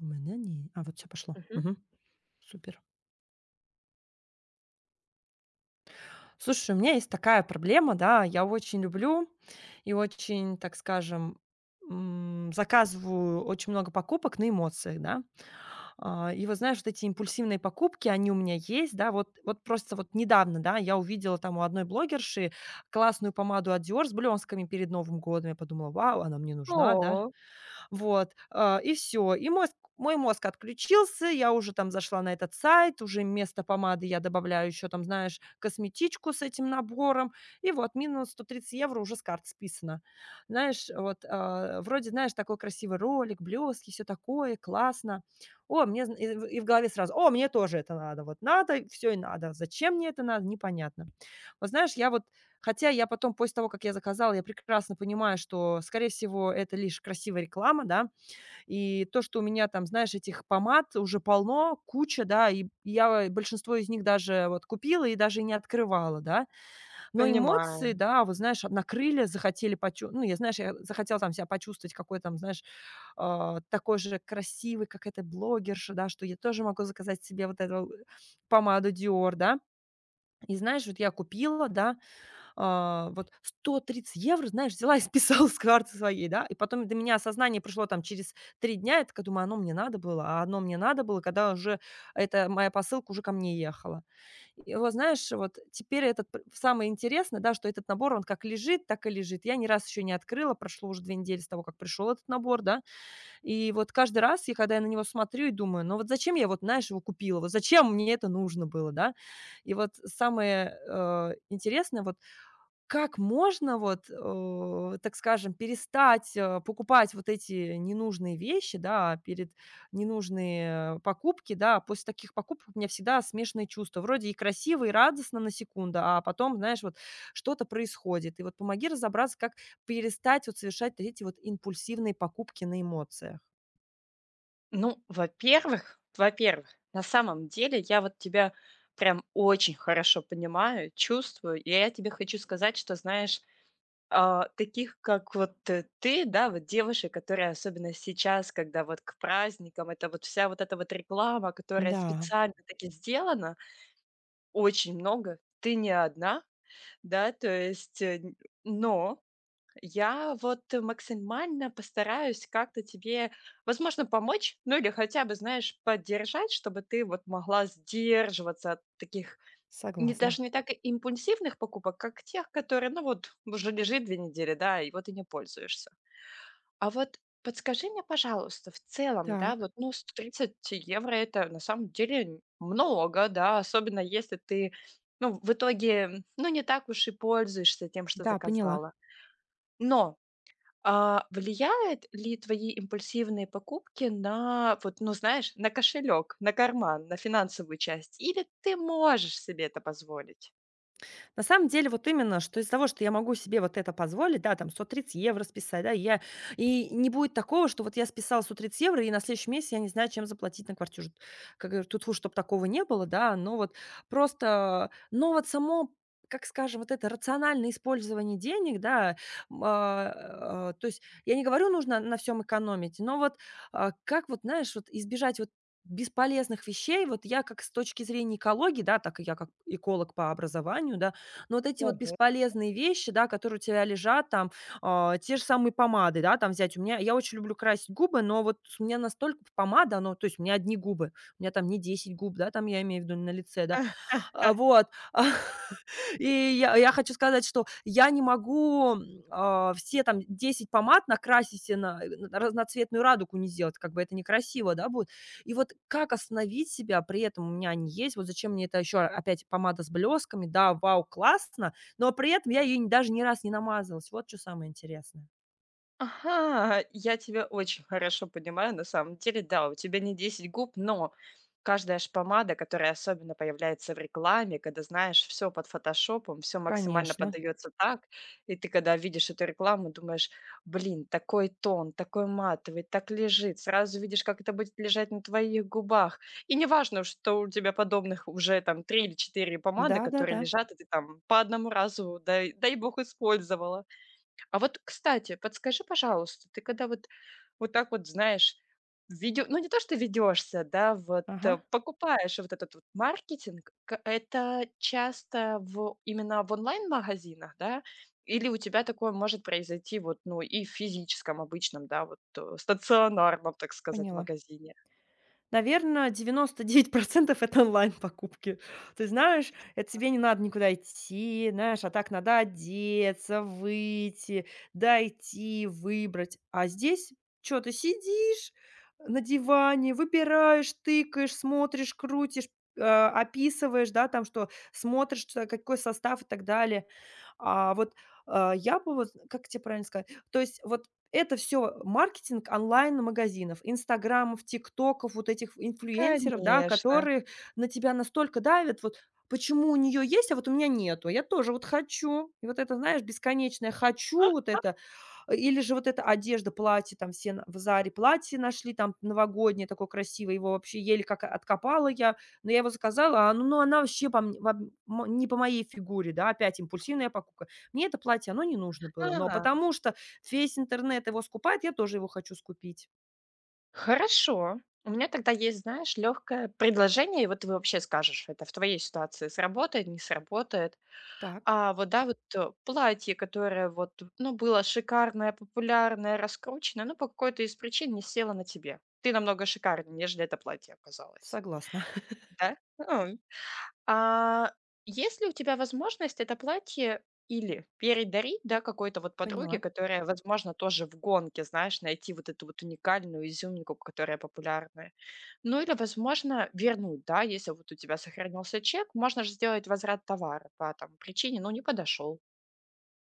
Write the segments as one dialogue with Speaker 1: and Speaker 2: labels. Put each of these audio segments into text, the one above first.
Speaker 1: У меня не а, вот все пошло.
Speaker 2: Мгм.
Speaker 1: Мгм. Супер. Слушай, у меня есть такая проблема, да. Я очень люблю и очень, так скажем, заказываю очень много покупок на эмоциях, да. И вот знаешь, вот эти импульсивные покупки, они у меня есть, да. Вот просто вот недавно, да, я увидела там у одной блогерши классную помаду от Dior с блёстками перед Новым годом. Я подумала: "Вау, она мне нужна", да.
Speaker 2: О,
Speaker 1: Вот, и все, И мозг мой мозг отключился, я уже там зашла на этот сайт, уже вместо помады я добавляю еще там, знаешь, косметичку с этим набором, и вот минус 130 евро уже с карт списано. Знаешь, вот, вроде, знаешь, такой красивый ролик, блески, все такое, классно. О, мне зн и в голове сразу: "О, мне тоже это надо". Вот надо, все и надо. Зачем мне это надо, непонятно. Вот знаешь, я вот хотя я потом, после того, как я заказала, я прекрасно понимаю, что, скорее всего, это лишь красивая реклама, да. И то, что у меня там, знаешь, этих помад уже полно, куча, да, и я большинство из них даже вот купила и даже не открывала, да. Но эмоции,
Speaker 2: понимаю.
Speaker 1: да, вот знаешь, накрыли, захотели, почу ну, я, знаешь, я захотела там себя почувствовать какой там, знаешь, такой же красивый, как эта блогерша, да, что я тоже могу заказать себе вот эту помаду Dior, да. И знаешь, вот я купила, да, вот 130 евро, знаешь, взяла и списала с карты своей, да. И потом до меня осознание пришло там через 3 дня. Я такая думаю: "Оно мне надо было". А оно мне надо было, когда уже эта моя посылка уже ко мне ехала. И вот знаешь, вот теперь этот п самое интересное, да, что этот набор, он как лежит, так и лежит. Я ни раз еще не открыла, прошло уже 2 недели с того, как пришел этот набор, да. И вот каждый раз, я когда я на него смотрю и думаю: "Ну вот зачем я вот, знаешь, его купила? Вот зачем мне это нужно было?" Да. И вот самое, интересное, вот как можно вот, так скажем, перестать, покупать вот эти ненужные вещи, да, перед ненужные покупки, да? После таких покупок у меня всегда смешанные чувства. Вроде и красиво, и радостно на секунду, а потом, знаешь, вот что-то происходит. И вот помоги разобраться, как перестать вот совершать вот эти вот импульсивные покупки на эмоциях.
Speaker 2: Ну, во-первых, на самом деле я вот тебя прям очень хорошо понимаю, чувствую, и я тебе хочу сказать, что, знаешь, таких, как вот ты, да, вот девушек, которые особенно сейчас, когда вот к праздникам, это вот вся вот эта вот реклама, которая
Speaker 1: Да,
Speaker 2: специально таки сделана, очень много, ты не одна, да, то есть, но я вот максимально постараюсь как-то тебе, возможно, помочь, ну или хотя бы, знаешь, поддержать, чтобы ты вот могла сдерживаться от таких, не, даже
Speaker 1: согласна.
Speaker 2: не так импульсивных покупок, как тех, которые, ну вот, уже лежит 2 недели, да, и вот и не пользуешься. А вот подскажи мне, пожалуйста, в целом, да,
Speaker 1: Так,
Speaker 2: вот, ну, 130 евро — это на самом деле много, да, особенно если ты, ну, в итоге, ну, не так уж и пользуешься тем, что
Speaker 1: да, поняла.
Speaker 2: заказала. Но влияет ли твои импульсивные покупки на вот, ну, знаешь, на кошелек, на карман, на финансовую часть? Или ты можешь себе это позволить?
Speaker 1: На самом деле, вот именно, что из-за того, что я могу себе вот это позволить, да, там 130 евро списать, да, я и не будет такого, что вот я списала 130 евро, и на следующий месяц я не знаю, чем заплатить на квартиру. Как говорю, тут чтобы такого не было, да, но вот само, как скажем, вот это рациональное использование денег, да, то есть я не говорю, нужно на всем экономить, но вот, как вот, знаешь, вот избежать вот бесполезных вещей, вот я как с точки зрения экологии, да, так и я как эколог по образованию, да, но вот эти вот
Speaker 2: Мгм.
Speaker 1: бесполезные вещи, да, которые у тебя лежат, там, те же самые помады, да, там взять. У меня я очень люблю красить губы, но вот у меня настолько помада, ну, то есть у меня одни губы, у меня там не 10 губ, да, там я имею в виду на лице, да, вот. И я хочу сказать, что я не могу, все там 10 помад накрасить и на разноцветную радугу не сделать, как бы это некрасиво, да, будет. И вот как остановить себя? При этом у меня они есть. Вот зачем мне это еще опять помада с блесками? Да, вау, классно, но при этом я ее даже ни раз не намазалась. Вот что самое интересное.
Speaker 2: Ага, я тебя очень хорошо понимаю, на самом деле, да, у тебя не 10 губ, но каждая шпомада, которая особенно появляется в рекламе, когда, знаешь, все под фотошопом, все максимально
Speaker 1: Конечно.
Speaker 2: подается так, и ты, когда видишь эту рекламу, думаешь, блин, такой тон, такой матовый, так лежит, сразу видишь, как это будет лежать на твоих губах. И неважно, что у тебя подобных уже там 3 или 4 помады, которые
Speaker 1: Да-да-да.
Speaker 2: лежат, и ты там по одному разу, дай, дай бог, использовала. А вот, кстати, подскажи, пожалуйста, ты когда вот вот так вот, знаешь, ведё ну, не то, что ведёшься, да, вот,
Speaker 1: Ага,
Speaker 2: покупаешь вот этот вот маркетинг, к это часто в именно в онлайн-магазинах, да? Или у тебя такое может произойти вот, ну, и в физическом обычном, да, вот, стационарном, так сказать,
Speaker 1: поняла.
Speaker 2: магазине?
Speaker 1: Наверное, 99% это онлайн-покупки. Ты знаешь, это тебе не надо никуда идти, знаешь, а так надо одеться, выйти, дойти, выбрать. А здесь что ты сидишь на диване, выбираешь, тыкаешь, смотришь, крутишь, описываешь, да, там, что смотришь, что какой состав и так далее. А вот, я бы вот, как тебе правильно сказать, то есть вот это все маркетинг онлайн-магазинов, "Инстаграмов", "Тиктоков", вот этих инфлюенсеров, да,
Speaker 2: Конечно.
Speaker 1: которые на тебя настолько давят. Вот почему у нее есть, а вот у меня нету? Я тоже вот хочу. И вот это, знаешь, бесконечное "хочу", вот это или же вот эта одежда, платье, там все на в "Заре" платье нашли там новогоднее такое красивое, его вообще еле как откопала я, но я его заказала, а оно, ну, она вообще по мне не по моей фигуре, да, опять импульсивная покупка. Мне это платье, оно не нужно было, но
Speaker 2: Ага.
Speaker 1: потому что весь интернет его скупает, я тоже его хочу скупить.
Speaker 2: Хорошо. У меня тогда есть, знаешь, лёгкое предложение, и вот ты вообще скажешь, это в твоей ситуации сработает, не сработает.
Speaker 1: Так,
Speaker 2: А вот, да, вот, платье, которое вот, ну, было шикарное, популярное, раскрученное, ну по какой-то из причин не село на тебе. Ты намного шикарнее, нежели это платье оказалось.
Speaker 1: согласна,
Speaker 2: Да? А есть ли у тебя возможность это платье или передарить, да, какой-то вот подруге,
Speaker 1: поняла.
Speaker 2: которая, возможно, тоже в гонке, знаешь, найти вот эту вот уникальную изюминку, которая популярная. Ну или, возможно, вернуть, да, если вот у тебя сохранился чек, можно же сделать возврат товара по там причине, ну, не подошел.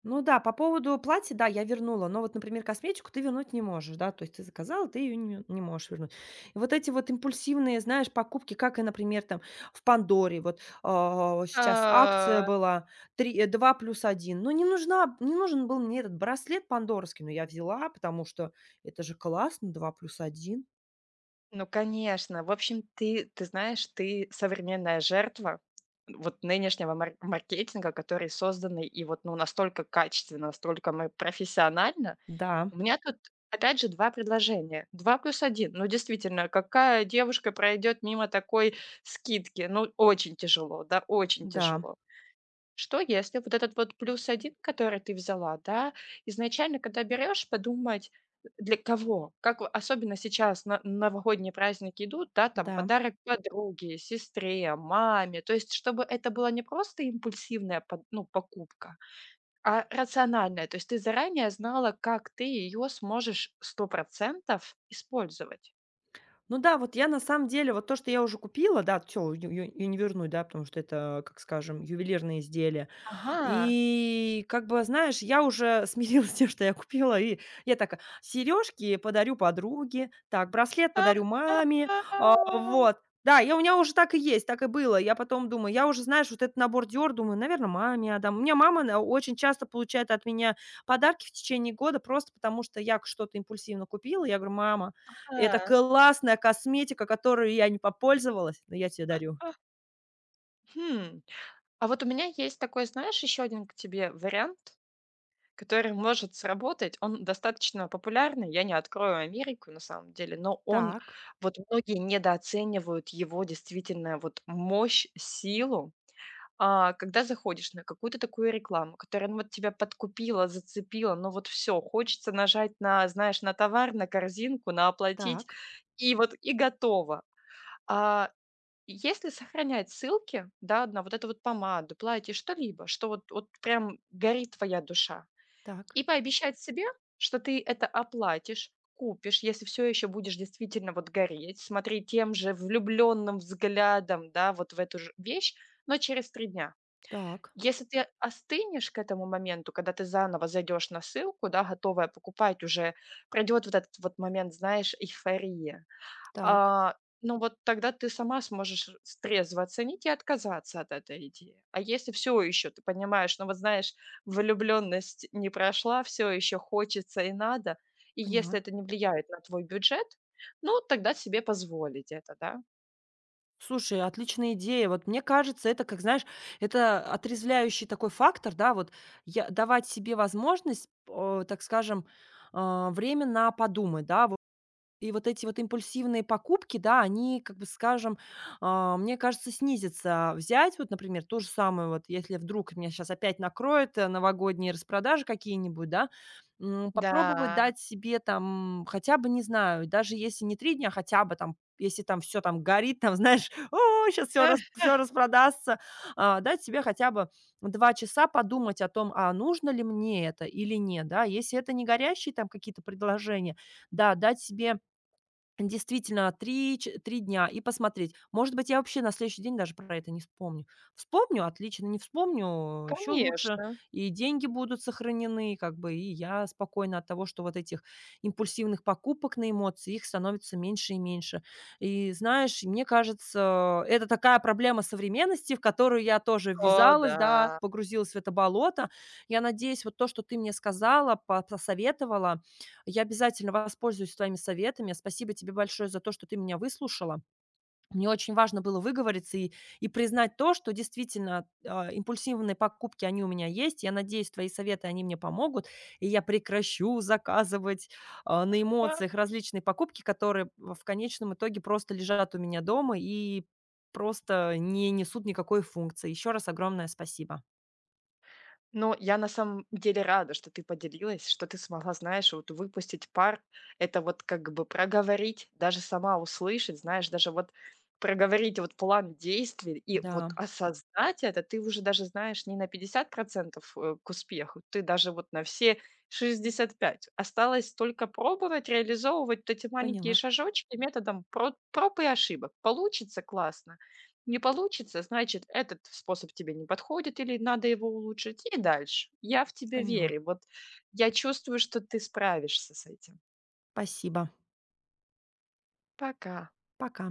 Speaker 1: Ну да, по поводу платья, да, я вернула, но вот, например, косметику ты вернуть не можешь, да, то есть ты заказала, ты ее не можешь вернуть. И вот эти вот импульсивные, знаешь, покупки, как и, например, там в Пандоре, вот, сейчас акция
Speaker 2: А,
Speaker 1: была 2+1. Но не нужен был мне этот браслет пандорский, но я взяла, потому что это же классно, 2+1.
Speaker 2: ну, конечно. В общем, ты знаешь, ты современная жертва вот нынешнего маркетинга, который созданный и вот, ну, настолько качественно, настолько мы профессионально.
Speaker 1: Да,
Speaker 2: У меня тут, опять же, 2 предложения. 2+1. Ну, действительно, какая девушка пройдет мимо такой скидки? Ну, очень тяжело, да, очень
Speaker 1: да,
Speaker 2: тяжело. Что, если вот этот вот плюс один, который ты взяла, да, изначально, когда берешь, подумать, для кого? Как, особенно сейчас на, новогодние праздники идут, да, там
Speaker 1: да.
Speaker 2: подарок подруге, сестре, маме. То есть, чтобы это была не просто импульсивная ну, покупка, а рациональная. То есть, ты заранее знала, как ты ее сможешь 100% использовать.
Speaker 1: Ну да, вот я на самом деле, вот то, что я уже купила, да, все, ее не вернуть, да, потому что это, как скажем, ювелирные изделия.
Speaker 2: Ага.
Speaker 1: И как бы, знаешь, я уже смирилась с тем, что я купила, и я такая: сережки подарю подруге, так, браслет подарю маме,
Speaker 2: А, а,
Speaker 1: вот. Да, я у меня уже так и есть, так и было. Я потом думаю, я уже, знаешь, вот этот набор "Диор", думаю, наверное, маме отдам. У меня мама, она очень часто получает от меня подарки в течение года просто потому, что я к что-то импульсивно купила. Я говорю: "Мама, это
Speaker 2: ага.
Speaker 1: классная косметика, которую я не попользовалась, но я тебе дарю".
Speaker 2: А, хм. А вот у меня есть такой, знаешь, еще один к тебе вариант, который может сработать. Он достаточно популярный. Я не открою Америку на самом деле, но он
Speaker 1: Так,
Speaker 2: вот многие недооценивают его действительно вот мощь, силу. А когда заходишь на какую-то такую рекламу, которая ну, вот тебя подкупила, зацепила, ну вот все, хочется нажать на, знаешь, на товар, на корзинку, на оплатить,
Speaker 1: так,
Speaker 2: и вот и готово. А если сохранять ссылки, да, на вот эту вот помаду, платье, что-либо, что вот, вот прям горит твоя душа,
Speaker 1: так,
Speaker 2: и пообещать себе, что ты это оплатишь, купишь, если все еще будешь действительно вот гореть, смотреть тем же влюбленным взглядом, да, вот в эту же вещь, но через 3 дня.
Speaker 1: так,
Speaker 2: Если ты остынешь к этому моменту, когда ты заново зайдешь на ссылку, да, готовая покупать уже, пройдет вот этот вот момент, знаешь, эйфории.
Speaker 1: так.
Speaker 2: А, ну вот тогда ты сама сможешь с трезво оценить и отказаться от этой идеи. А если все еще ты понимаешь, ну вот знаешь, влюбленность не прошла, все еще хочется и надо, и если
Speaker 1: Поняла.
Speaker 2: это не влияет на твой бюджет, ну тогда себе позволить это, да?
Speaker 1: Слушай, отличная идея. Вот мне кажется, это, как знаешь, это отрезвляющий такой фактор, да, вот я давать себе возможность, так скажем, время на подумать, да. И вот эти вот импульсивные покупки, да, они, как бы скажем, мне кажется, снизятся. Взять вот, например, то же самое, вот если вдруг меня сейчас опять накроет новогодние распродажи какие-нибудь, да, попробовать
Speaker 2: Да.
Speaker 1: дать себе там хотя бы, не знаю, даже если не 3 дня, хотя бы там, если там все там горит, там, знаешь, о, сейчас все, все распродастся, дать себе хотя бы 2 часа подумать о том, а нужно ли мне это или нет, да, если это не горящие там какие-то предложения, да, дать себе действительно, 3 ч 3 дня и посмотреть. Может быть, я вообще на следующий день даже про это не вспомню. Вспомню — отлично, не вспомню — еще лучше.
Speaker 2: Конечно.
Speaker 1: И деньги будут сохранены, как бы, и я спокойна от того, что вот этих импульсивных покупок на эмоции, их становится меньше и меньше. И знаешь, мне кажется, это такая проблема современности, в которую я тоже
Speaker 2: О,
Speaker 1: ввязалась, да, погрузилась в это болото. Я надеюсь, вот то, что ты мне сказала, по посоветовала, я обязательно воспользуюсь твоими советами. Спасибо тебе большое за то, что ты меня выслушала. Мне очень важно было выговориться и признать то, что действительно, импульсивные покупки, они у меня есть. Я надеюсь, твои советы, они мне помогут. И я прекращу заказывать, на
Speaker 2: да.
Speaker 1: эмоциях, различные покупки, которые в конечном итоге просто лежат у меня дома и просто не несут никакой функции. Еще раз огромное спасибо.
Speaker 2: Но я на самом деле рада, что ты поделилась, что ты смогла, знаешь, вот выпустить пар. Это вот как бы проговорить, даже сама услышать, знаешь, даже вот проговорить вот план действий и
Speaker 1: Да,
Speaker 2: вот осознать это, ты уже даже знаешь не на 50%, к успеху, ты даже вот на все 65. Осталось только пробовать реализовывать вот эти маленькие
Speaker 1: поняла,
Speaker 2: шажочки методом проб и ошибок. Получится классно, не получится, значит, этот способ тебе не подходит или надо его улучшить, и дальше. Я в тебя
Speaker 1: поняла.
Speaker 2: верю. Вот я чувствую, что ты справишься с этим.
Speaker 1: Спасибо.
Speaker 2: Пока.
Speaker 1: Пока.